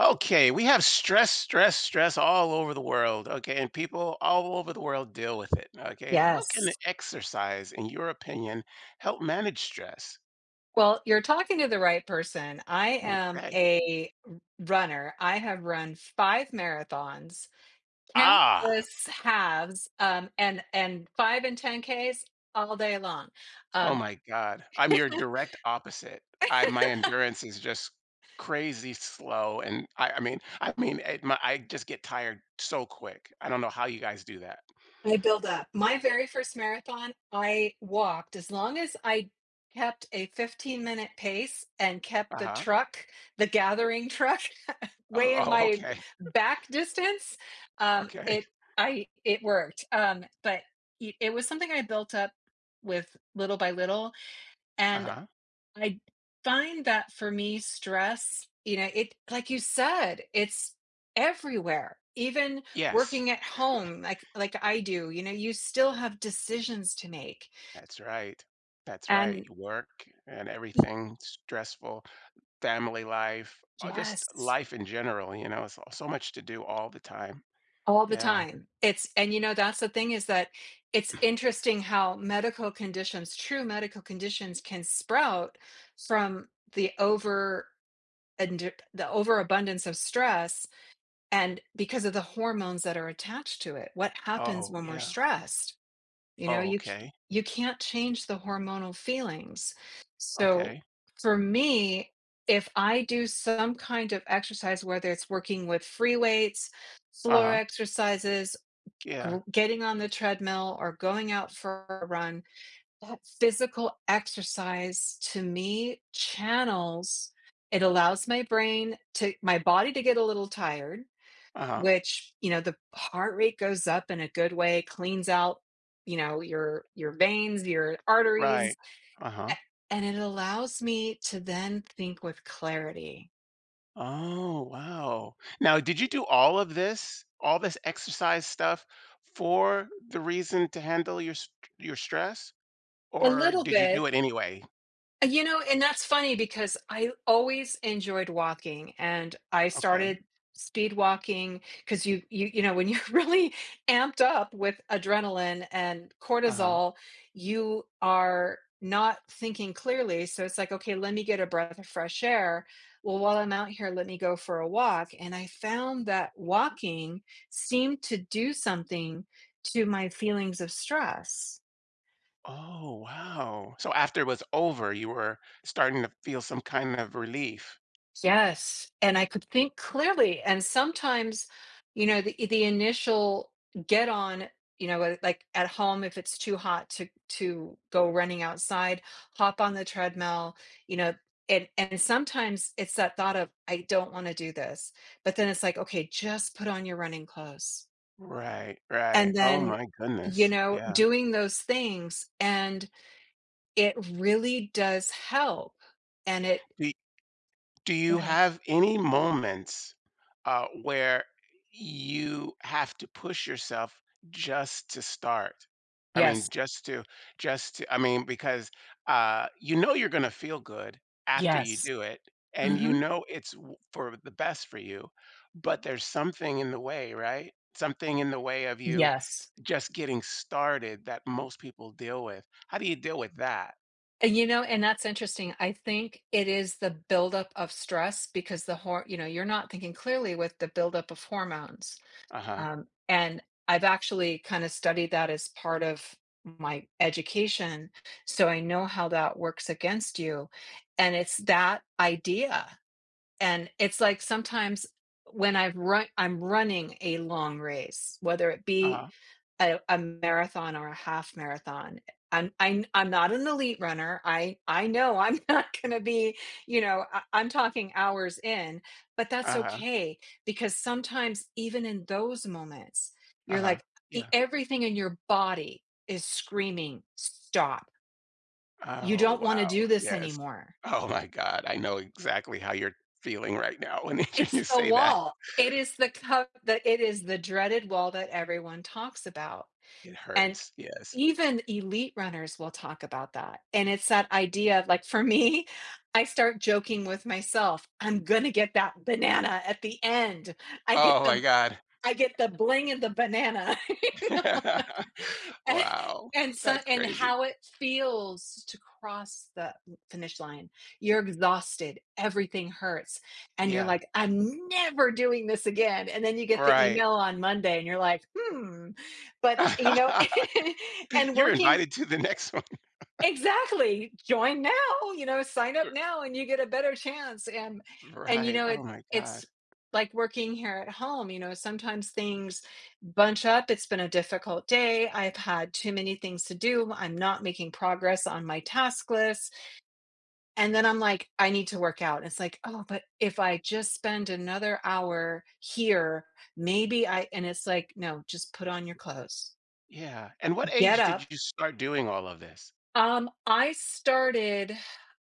Okay, we have stress all over the world. Okay, and people all over the world deal with it. Okay, how can Yes. exercise, in your opinion, help manage stress? Well, you're talking to the right person. I am Okay. a r runner. I have run 5 marathons, Ah, countless halves, and 5 and 10 Ks all day long. oh Um, my God. I'm your direct opposite. I My endurance is just crazy slow, and I just get tired so quick. I don't know how you guys do that. I build up. My very first marathon, I walked as long as I kept a 15-minute pace and kept Uh the huh. truck, the gathering truck Oh, way in oh, my okay, back distance, okay. it I it worked. But it was something I built up with little by little, Uh and huh. I find that for me, stress, you know, it, like you said, it's everywhere. Even Yes. working at home, like I do, you know, you still have decisions to make, That's right. That's right. and Work and y- everything, stressful, family life, just yes, life in general, it's so much to do all the time. all the Yeah. time. It's, and you know, that's the thing, is that it's interesting how medical conditions, true medical conditions, can sprout from the over and the overabundance of stress, and because of the hormones that are attached to it. What happens Oh, when we're yeah. stressed? You know, Oh, okay. you can't change the hormonal feelings. So Okay. for me, if I do some kind of exercise, whether it's working with free weights, floor Uh-huh. exercises, gr Yeah. getting on the treadmill or going out for a run, that physical exercise to me channels, it allows my body to get a little tired, Uh-huh. which, you know, the heart rate goes up in a good way, cleans out, you know, your veins, your Right. arteries, Uh-huh. a and it allows me to then think with clarity. Oh, wow. Now, did you do all of this, all this exercise stuff for the reason to handle your stress, A or little did you bit. do it anyway? You know, and that's funny because I always enjoyed walking, and I Okay. started speed walking because you know when you're really amped up with adrenaline and Uh-huh. cortisol, you are not thinking clearly. So it's like, okay, let me get a breath of fresh air. Well, while I'm out here, let me go for a walk. And I found that walking seemed to do something to my feelings of stress. Oh, wow. So after it was over, you were starting to feel some kind of relief. Yes, and I could think clearly, and sometimes, you know, the initial get on, you know, like, at home, if it's too hot to go running outside, hop on the treadmill, you know, and sometimes it's that thought of, "I don't wanna do this," but then it's like, "Okay, just put on your running clothes." Right, right. And Oh then, my goodness. you know, Yeah. doing those things, and it really does help, and it Do Do you have any moments, where you have to push yourself just to start? I mean, Yes, just to I mean, because, You know you're gonna feel good after you yes. do it, and you Mhm. know it's w for the best for you, but there's something in the way, right? Something in the way of you Yes. just getting started that most people deal with. How do you deal with that? And, you know, and that's interesting. I think it is the buildup of stress because the hor you know, you're not thinking clearly with the buildup of hormones. Uh-huh. And I've actually kind of studied that as part of my education, so I know how that works against you. And it's that idea And it's like sometimes when I've run I'm running a long race, whether it be Uh-huh. a marathon or a half marathon. I'm not an elite runner. I know I'm not gonna be, you know, I'm talking hours in, but that's Uh-huh. okay, because sometimes, even in those moments, you're Uh-huh. like e Yeah. everything in your body is screaming, "Stop. You Oh, don't wanna wow. do this Yes. anymore." Oh my god, I know exactly how you're feeling right now when you It's the say that. wall. It is the co the it is the dreaded wall that everyone talks about, It and hurts, yes. even elite runners will talk about that, and it's that idea of, like, for me, I start joking with myself, "I'm gonna get that banana at the end. I get Oh my the god. I get the bling and the banana." You know? and, Wow, and so, that's and crazy. how it feels to cross the finish line. You're exhausted, everything hurts, and you're Yeah, like, "I'm never doing this again." And then you get the right. email on Monday and you're like, hmm. But you know, and You're working invited to the next one. Exactly. Join now, you know, sign up now and you get a better chance. And you Right, know, oh it my god. it's like working here at home, you know, sometimes things bunch up. It's been a difficult day. I've had too many things to do. I'm not making progress on my task list. And then I'm like, I need to work out. It's like, oh, but if I just spend another hour here, maybe I, and it's like, no, just put on your clothes, Yeah, and what get age did up. you start doing all of this? I started,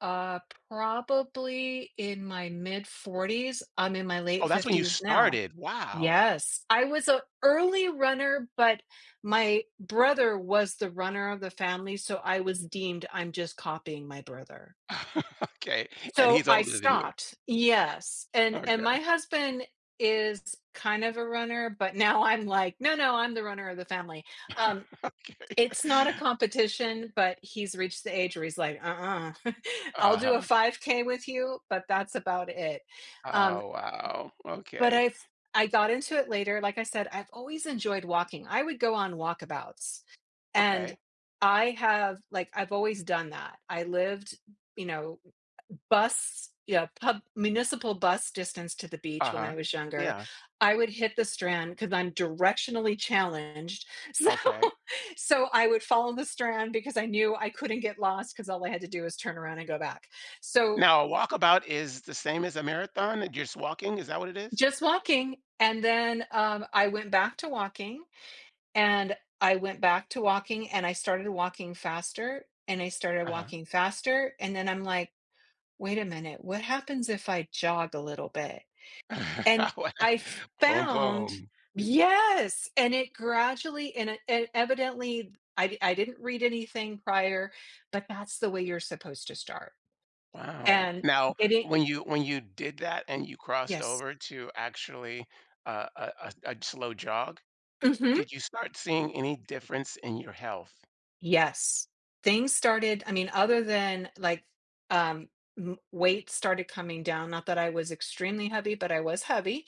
uh, probably in my mid-40s. I'm in my Oh, late that's when you 50s now. started, wow. Yes, I was an early runner, but my brother was the runner of the family, so I was deemed I'm just copying my brother. Okay, and So he's I older than you. stopped. Yes, and Okay, my husband is kind of a runner, but now I'm like, "No, no, I'm the runner of the family." Um okay. it's not a competition, but he's reached the age where he's like, "Uh-uh. I'll do a Uh-huh. 5K with you, but that's about it." Um, Oh, wow. but Okay. I got into it later. Like I said, I've always enjoyed walking. I would go on walkabouts, and Okay. I have, like, I've always done that. I lived, you know, bus yeah, pub municipal bus distance to the beach when I Uh-huh. was younger. Yeah. I would hit the Strand because I'm directionally challenged. So Okay. so I would follow the Strand because I knew I couldn't get lost, because all I had to do was turn around and go back. So Now, a walkabout is the same as a marathon? You're just walking? Is that what it is? just walking, and then, I went back to walking, and I went back to walking, and I started walking faster, and I started Uh-huh. walking faster, and then I'm like, "Wait a minute, what happens if I jog a little bit?" And I Boom, found boom. yes, and it gradually and, it, and evidently I didn't read anything prior, but that's the way you're supposed to start. Wow. And Now, getting when you did that and you crossed yes, over to actually a slow jog, hmm did you start seeing any difference in your health? yes, things started. I mean, other than like um, weight started coming down. Not that I was extremely heavy, but I was heavy.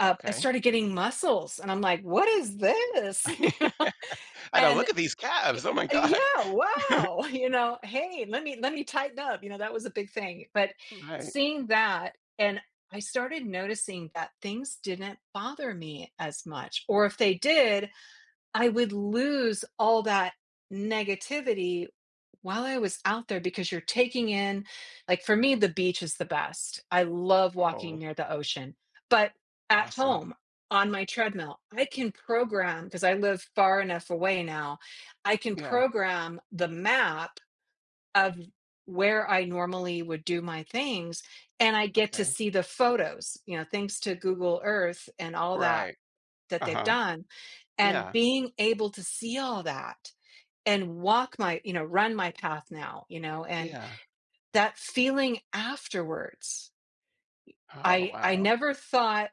I Okay. started getting muscles, and I'm like, what is this? You know? I don't And look at these calves. Oh my yeah, God. wow, you know, "Hey, let me tighten up," you know, that was a big thing, but Right. seeing that and I started noticing that things didn't bother me as much, or if they did, I would lose all that negativity while I was out there, because you're taking in like, for me, the beach is the best. I love walking Oh, near the ocean. But at awesome. home, on my treadmill, I can program, because I live far enough away now. I can Yeah. program the map of where I normally would do my things, and I get to Okay. see the photos, you know, thanks to Google Earth and all that Right. that they've Uh-huh. done, and Yeah. being able to see all that and walk my you know run my path now you know and Yeah. that feeling afterwards Oh, I wow. never thought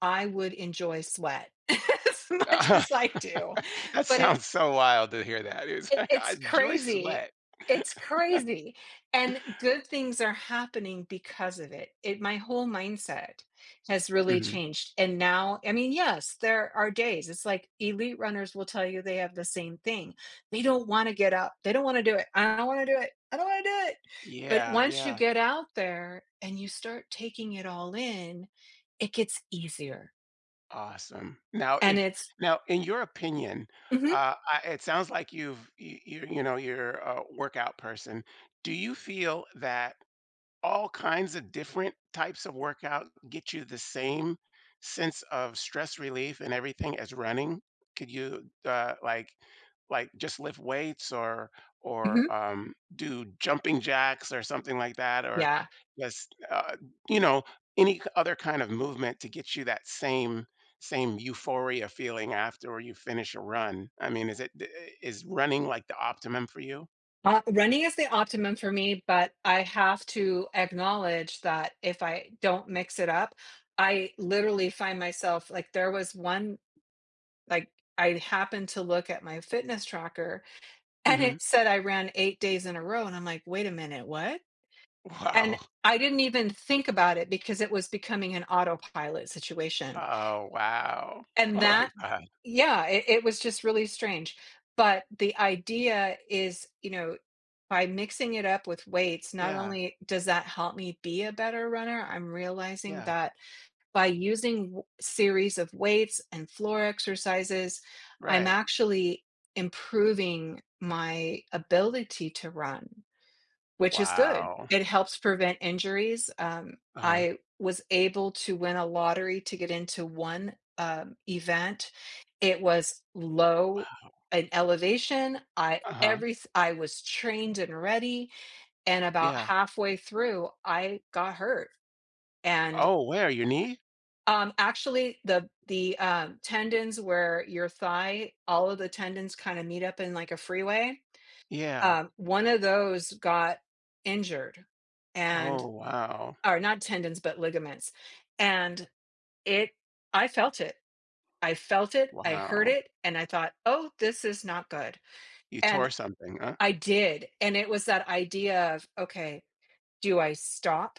I would enjoy sweat as much as I do. That But it sounds so wild to hear that. It's It like, I it's enjoy crazy. sweat. It's crazy. And good things are happening because of it. It my whole mindset has really Mhm. changed. And now, I mean, yes, there are days. It's like, elite runners will tell you they have the same thing. They don't wanna get up. They don't wanna do it. I don't wanna do it. I don't wanna do it. But Yeah, once you yeah. get out there and you start taking it all in, it gets easier. Awesome. Now And if it's now in your opinion, mhm, I it sounds like you know, you're a workout person. Do you feel that all kinds of different types of workout get you the same sense of stress relief and everything as running? Could you like just lift weights or mhm, do jumping jacks or something like that, or yeah. just you know, any other kind of movement to get you that same euphoria feeling after you finish a run? I mean, is it is running like the optimum for you? Running is the optimum for me, but I have to acknowledge that if I don't mix it up, I literally find myself like there was one like I happened to look at my fitness tracker and Hmm. it said I ran 8 days in a row and I'm like, "Wait a minute, what?" And Wow. I didn't even think about it because it was becoming an autopilot situation. Oh, wow. And Oh my that god. yeah it was just really strange, but the idea is, you know, by mixing it up with weights, not Yeah, only does that help me be a better runner, I'm realizing yeah, that by using series of weights and floor exercises I'm right. actually improving my ability to run, which is good. Wow. It helps prevent injuries. Uh-huh, I was able to win a lottery to get into one, event. It was low in elevation. Uh-huh, I was trained and ready, and about yeah. halfway through, I got hurt. And, Oh, where? Your knee? Actually, tendons where your thigh all of the tendons kinda meet up in, like, a freeway, Yeah. One of those got injured, Oh, and wow. or not tendons, but ligaments. And it, I felt it. I felt it. I heard Wow. it. And I thought, oh, this is not good. You And tore something, huh? I did. And it was that idea of, okay, do I stop?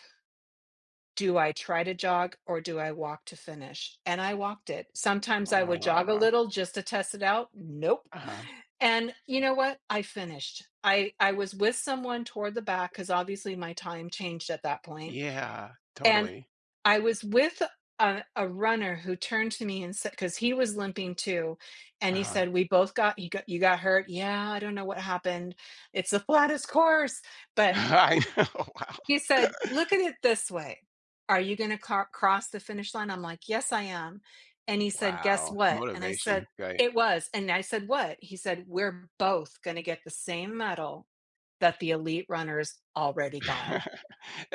Do I try to jog, or do I walk to finish? And I walked it. Sometimes I would jog a Uh, little just to test it out. Nope. uh-huh. And you know what? I finished. I was with someone toward the back, cuz obviously my time changed at that point. Yeah, And totally. I was with a runner who turned to me and said, because he was limping too, and he Uh-huh. said, "We both got you got you got hurt. Yeah, I don't know what happened. It's the flattest course." But I know, wow. he said, "Look at it this way: are you going to cross the finish line?" I'm like, "Yes, I am." And he said, "Guess Wow, what?" And I motivation, said, right? "It was." And I said, "What?" He said, "We're both going to get the same medal that the elite runners already got."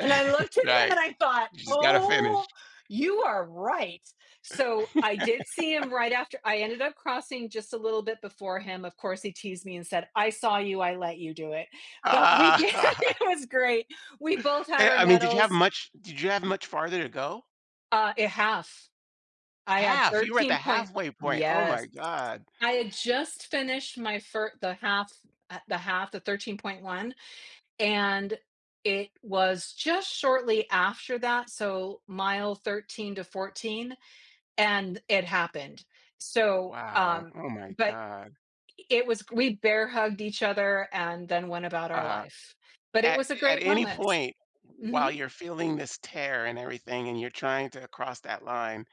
And I looked at him Right. and I thought, You just gotta finish. oh, you are right. So I did see him right after. I ended up crossing just a little bit before him. Of course, he teased me and said, I saw you. I let you do it. But we did. Ah, It was great. We both had our I mean, medals did you have much farther to go? At half. I had Half! You were at the 13 point. halfway point. Oh my Yes. god. I had just finished my first, the half, the 13.1. And it was just shortly after that, so mile 13 to 14, and it happened. So, Wow. Oh my but god. it was we bear hugged each other and then went about our Uh, life. But it At was a at great any moment. point Mhm. while you're feeling this tear and everything and you're trying to cross that line,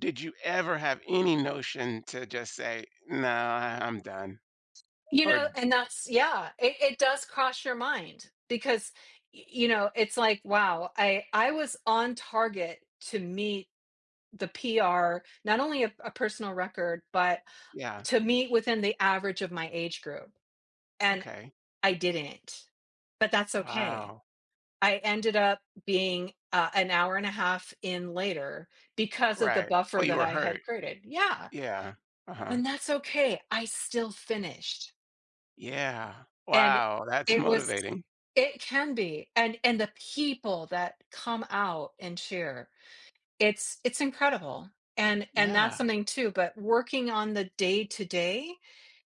did you ever have any notion to just say, "No, I'm done." You Or know, d and that's yeah, it does cross your mind because, y you know, it's like, wow, I was on target to meet the PR, not only a personal record, but Yeah. to meet within the average of my age group. And Okay. I didn't, but that's okay. Wow. I ended up being an hour and a half in later because of the Right. Oh, buffer you that were I hurt. had created. Yeah. Yeah. Uh-huh. And that's okay. I still finished. Yeah. And Wow. That's it was, motivating. it can be. And the people that come out and cheer, it's incredible. And that's Yeah. something too, but working on the day to day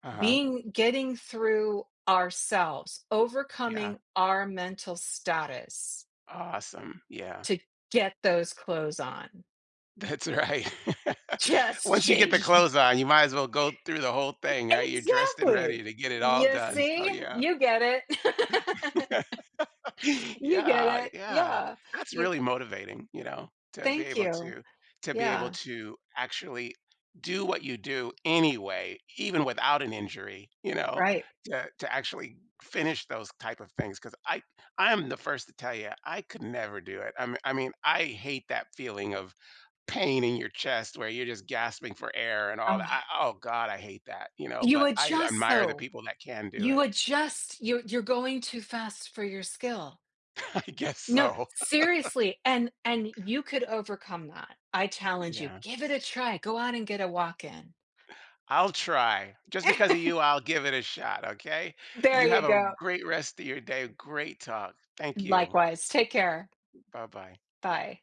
Uh-huh. being getting through ourselves, Yeah. overcoming our mental status Awesome. Yeah. to get those clothes on. That's right. Just Once you get the change. clothes on, you might as well go through the whole thing, right? You're dressed and ready Exactly. to get it all You done. So see, yeah. you get it. You Yeah, get it. yeah. Yeah. That's You, really motivating, you know, to be thank able you. to be able Yeah. to actually do what you do anyway, even without an injury, you know, Right. To actually finish those type of things. Cause I am the first to tell you, I could never do it. I mean, I hate that feeling of pain in your chest where you're just gasping for air and all that. Oh. I Oh god, I hate that, you know, You but I adjust admire the though. people that can do You it. adjust. You're going too fast for your skill I guess No, so. seriously, and you could overcome that. I challenge you, Yeah. give it a try, go out and get a walk in. I'll try. Just because of you, I'll give it a shot, okay? There You have you a go. great rest of your day. Great talk. Thank you. Likewise, take care. Bye-bye. Bye.